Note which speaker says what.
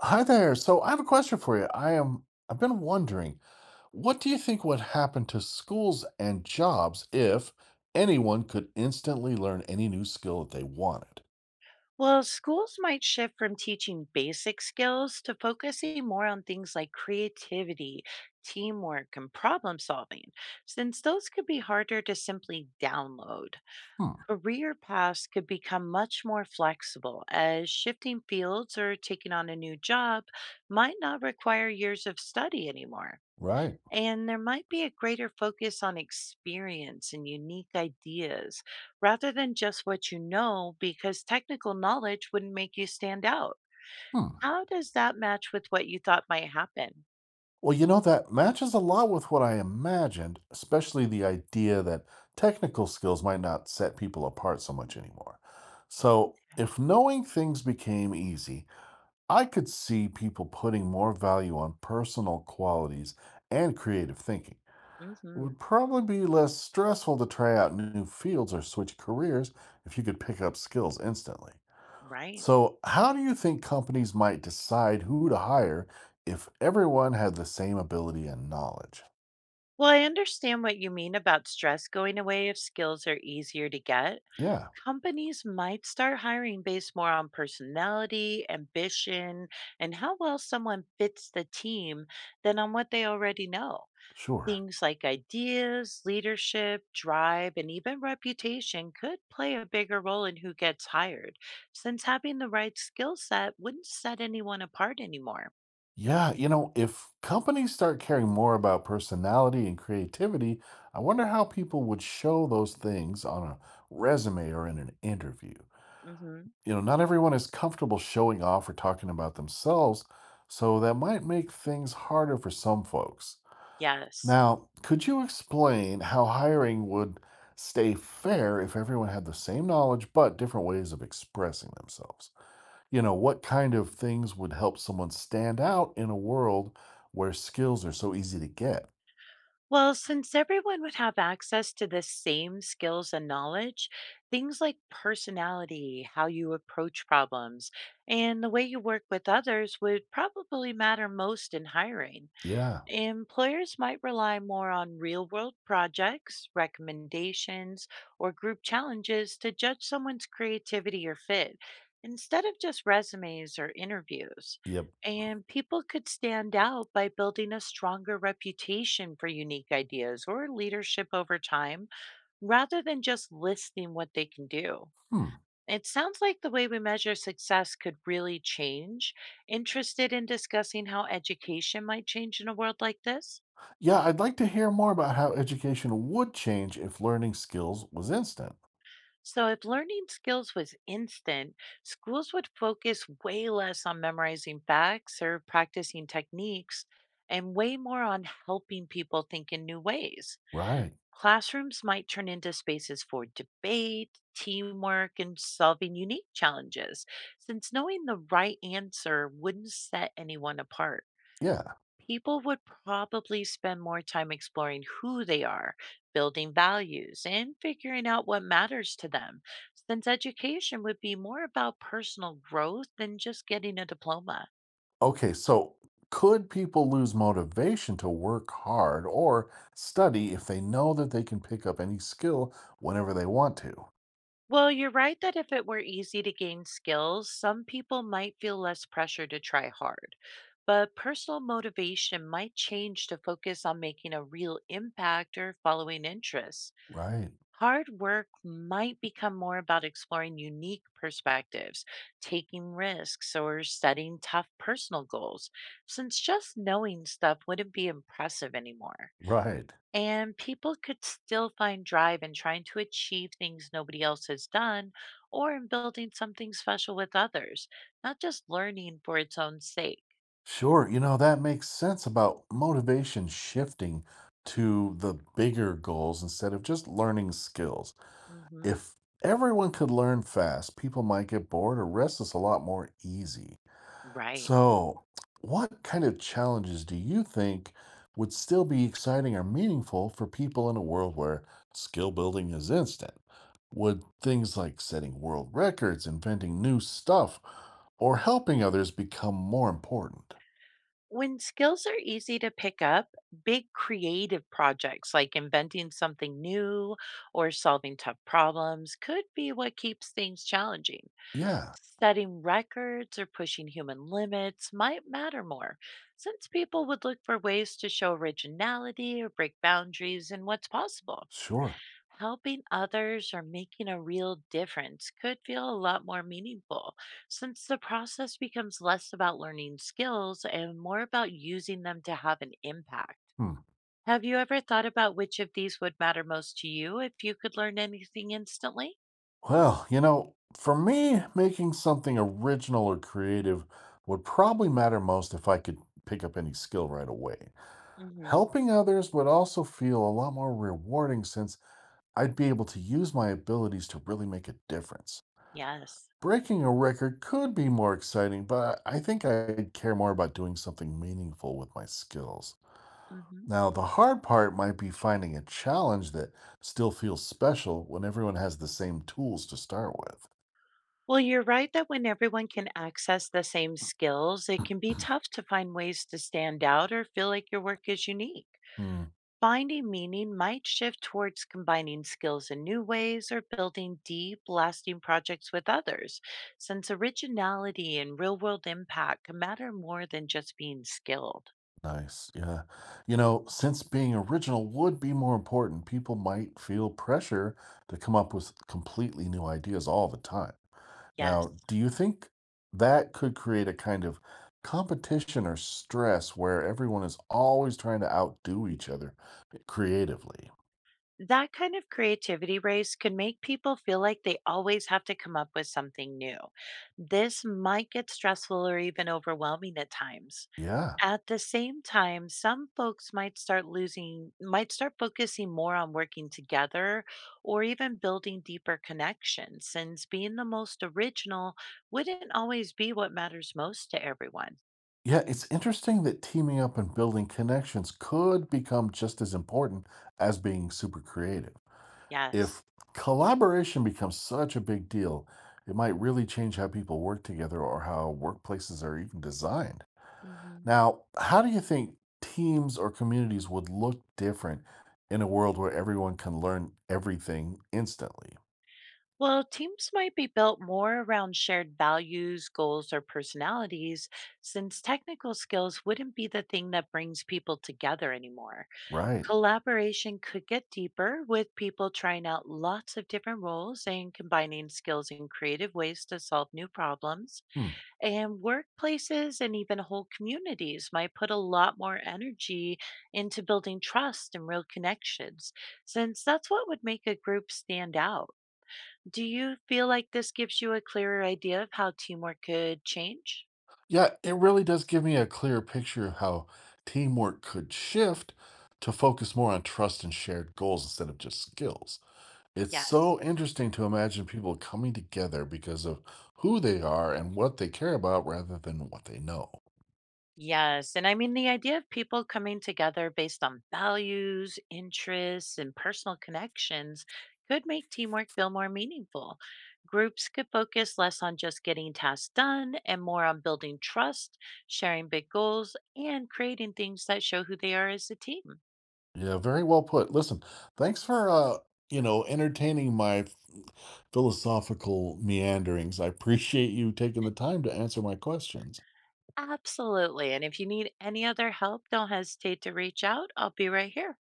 Speaker 1: Hi there. So I have a question for you. I've been wondering, what do you think would happen to schools and jobs if anyone could instantly learn any new skill that they wanted?
Speaker 2: Well, schools might shift from teaching basic skills to focusing more on things like creativity, teamwork, and problem solving, since those could be harder to simply download.
Speaker 1: Hmm.
Speaker 2: Career paths could become much more flexible, as shifting fields or taking on a new job might not require years of study anymore.
Speaker 1: Right.
Speaker 2: And there might be a greater focus on experience and unique ideas rather than just what you know, because technical knowledge wouldn't make you stand out.
Speaker 1: Hmm.
Speaker 2: How does that match with what you thought might happen?
Speaker 1: Well, you know, that matches a lot with what I imagined, especially the idea that technical skills might not set people apart so much anymore. So,
Speaker 2: Okay.
Speaker 1: if knowing things became easy, I could see people putting more value on personal qualities and creative thinking. It
Speaker 2: Hmm.
Speaker 1: would probably be less stressful to try out new fields or switch careers if you could pick up skills instantly.
Speaker 2: Right.
Speaker 1: So, how do you think companies might decide who to hire if everyone had the same ability and knowledge?
Speaker 2: Well, I understand what you mean about stress going away if skills are easier to get.
Speaker 1: Yeah,
Speaker 2: Companies might start hiring based more on personality, ambition, and how well someone fits the team than on what they already know.
Speaker 1: sure.
Speaker 2: Things like ideas, leadership, drive, and even reputation could play a bigger role in who gets hired, since having the right skill set wouldn't set anyone apart anymore.
Speaker 1: Yeah, you know, if companies start caring more about personality and creativity, I wonder how people would show those things on a resume or in an interview.
Speaker 2: Hmm.
Speaker 1: You know, not everyone is comfortable showing off or talking about themselves, so that might make things harder for some folks.
Speaker 2: Yes.
Speaker 1: Now, could you explain how hiring would stay fair if everyone had the same knowledge but different ways of expressing themselves? You know, what kind of things would help someone stand out in a world where skills are so easy to get?
Speaker 2: Well, since everyone would have access to the same skills and knowledge, things like personality, how you approach problems, and the way you work with others would probably matter most in hiring.
Speaker 1: Yeah,
Speaker 2: Employers might rely more on real world projects, recommendations, or group challenges to judge someone's creativity or fit instead of just resumes or interviews.
Speaker 1: yep.
Speaker 2: And people could stand out by building a stronger reputation for unique ideas or leadership over time rather than just listing what they can do.
Speaker 1: Hmm.
Speaker 2: It sounds like the way we measure success could really change. Interested in discussing how education might change in a world like this?
Speaker 1: Yeah, I'd like to hear more about how education would change if learning skills was instant.
Speaker 2: So, if learning skills was instant, schools would focus way less on memorizing facts or practicing techniques and way more on helping people think in new ways.
Speaker 1: Right.
Speaker 2: Classrooms might turn into spaces for debate, teamwork, and solving unique challenges, since knowing the right answer wouldn't set anyone apart.
Speaker 1: Yeah.
Speaker 2: People would probably spend more time exploring who they are, building values, and figuring out what matters to them, since education would be more about personal growth than just getting a diploma.
Speaker 1: Okay, so could people lose motivation to work hard or study if they know that they can pick up any skill whenever they want to?
Speaker 2: Well, you're right that if it were easy to gain skills, some people might feel less pressure to try hard. But personal motivation might change to focus on making a real impact or following interests.
Speaker 1: Right,
Speaker 2: Hard work might become more about exploring unique perspectives, taking risks, or setting tough personal goals, since just knowing stuff wouldn't be impressive anymore.
Speaker 1: right.
Speaker 2: And people could still find drive in trying to achieve things nobody else has done or in building something special with others, not just learning for its own sake.
Speaker 1: Sure, you know, that makes sense about motivation shifting to the bigger goals instead of just learning skills.
Speaker 2: Hmm.
Speaker 1: If everyone could learn fast, people might get bored or restless a lot more easy.
Speaker 2: Right.
Speaker 1: So, what kind of challenges do you think would still be exciting or meaningful for people in a world where skill building is instant? Would things like setting world records, inventing new stuff, or helping others become more important?
Speaker 2: When skills are easy to pick up, big creative projects like inventing something new or solving tough problems could be what keeps things challenging.
Speaker 1: Yeah,
Speaker 2: Setting records or pushing human limits might matter more, since people would look for ways to show originality or break boundaries in what's possible.
Speaker 1: sure.
Speaker 2: Helping others or making a real difference could feel a lot more meaningful since the process becomes less about learning skills and more about using them to have an impact.
Speaker 1: Hmm.
Speaker 2: Have you ever thought about which of these would matter most to you if you could learn anything instantly?
Speaker 1: Well, you know, for me, making something original or creative would probably matter most if I could pick up any skill right away.
Speaker 2: Hmm.
Speaker 1: Helping others would also feel a lot more rewarding since I'd be able to use my abilities to really make a difference.
Speaker 2: Yes.
Speaker 1: Breaking a record could be more exciting, but I think I'd care more about doing something meaningful with my skills.
Speaker 2: Hmm.
Speaker 1: Now, the hard part might be finding a challenge that still feels special when everyone has the same tools to start
Speaker 2: Well, you're right that when everyone can access the same skills, it
Speaker 1: with.
Speaker 2: can be tough to find ways to stand out or feel like your work is unique.
Speaker 1: Hmm.
Speaker 2: Finding meaning might shift towards combining skills in new ways or building deep, lasting projects with others, since originality and real world impact can matter more than just being skilled.
Speaker 1: Nice. Yeah. You know, since being original would be more important, people might feel pressure to come up with completely new ideas all the time.
Speaker 2: Yes.
Speaker 1: Now, do you think that could create a kind of competition or stress where everyone is always trying to outdo each other creatively?
Speaker 2: That kind of creativity race can make people feel like they always have to come up with something new. This might get stressful or even overwhelming at times.
Speaker 1: Yeah.
Speaker 2: At the same time, some folks might start focusing more on working together or even building deeper connections, since being the most original wouldn't always be what matters most to everyone.
Speaker 1: Yeah, it's interesting that teaming up and building connections could become just as important as being super creative.
Speaker 2: Yes.
Speaker 1: If collaboration becomes such a big deal, it might really change how people work together or how workplaces are even designed.
Speaker 2: Hmm.
Speaker 1: Now, how do you think teams or communities would look different in a world where everyone can learn everything instantly?
Speaker 2: Well, teams might be built more around shared values, goals, or personalities, since technical skills wouldn't be the thing that brings people together anymore.
Speaker 1: Right.
Speaker 2: Collaboration could get deeper with people trying out lots of different roles and combining skills in creative ways to solve new problems.
Speaker 1: Hmm.
Speaker 2: And workplaces and even whole communities might put a lot more energy into building trust and real connections, since that's what would make a group stand out. Do you feel like this gives you a clearer idea of how teamwork could change?
Speaker 1: Yeah, it really does give me a clear picture of how teamwork could shift to focus more on trust and shared goals instead of just skills. It's
Speaker 2: Yes.
Speaker 1: so interesting to imagine people coming together because of who they are and what they care about rather than what they know.
Speaker 2: Yes. And I mean, the idea of people coming together based on values, interests, and personal connections could make teamwork feel more meaningful. Groups could focus less on just getting tasks done and more on building trust, sharing big goals, and creating things that show who they are as a team.
Speaker 1: Yeah, very well put. Listen, thanks for entertaining my philosophical meanderings. I appreciate you taking the time to answer my questions.
Speaker 2: Absolutely. And if you need any other help, don't hesitate to reach out. I'll be right here.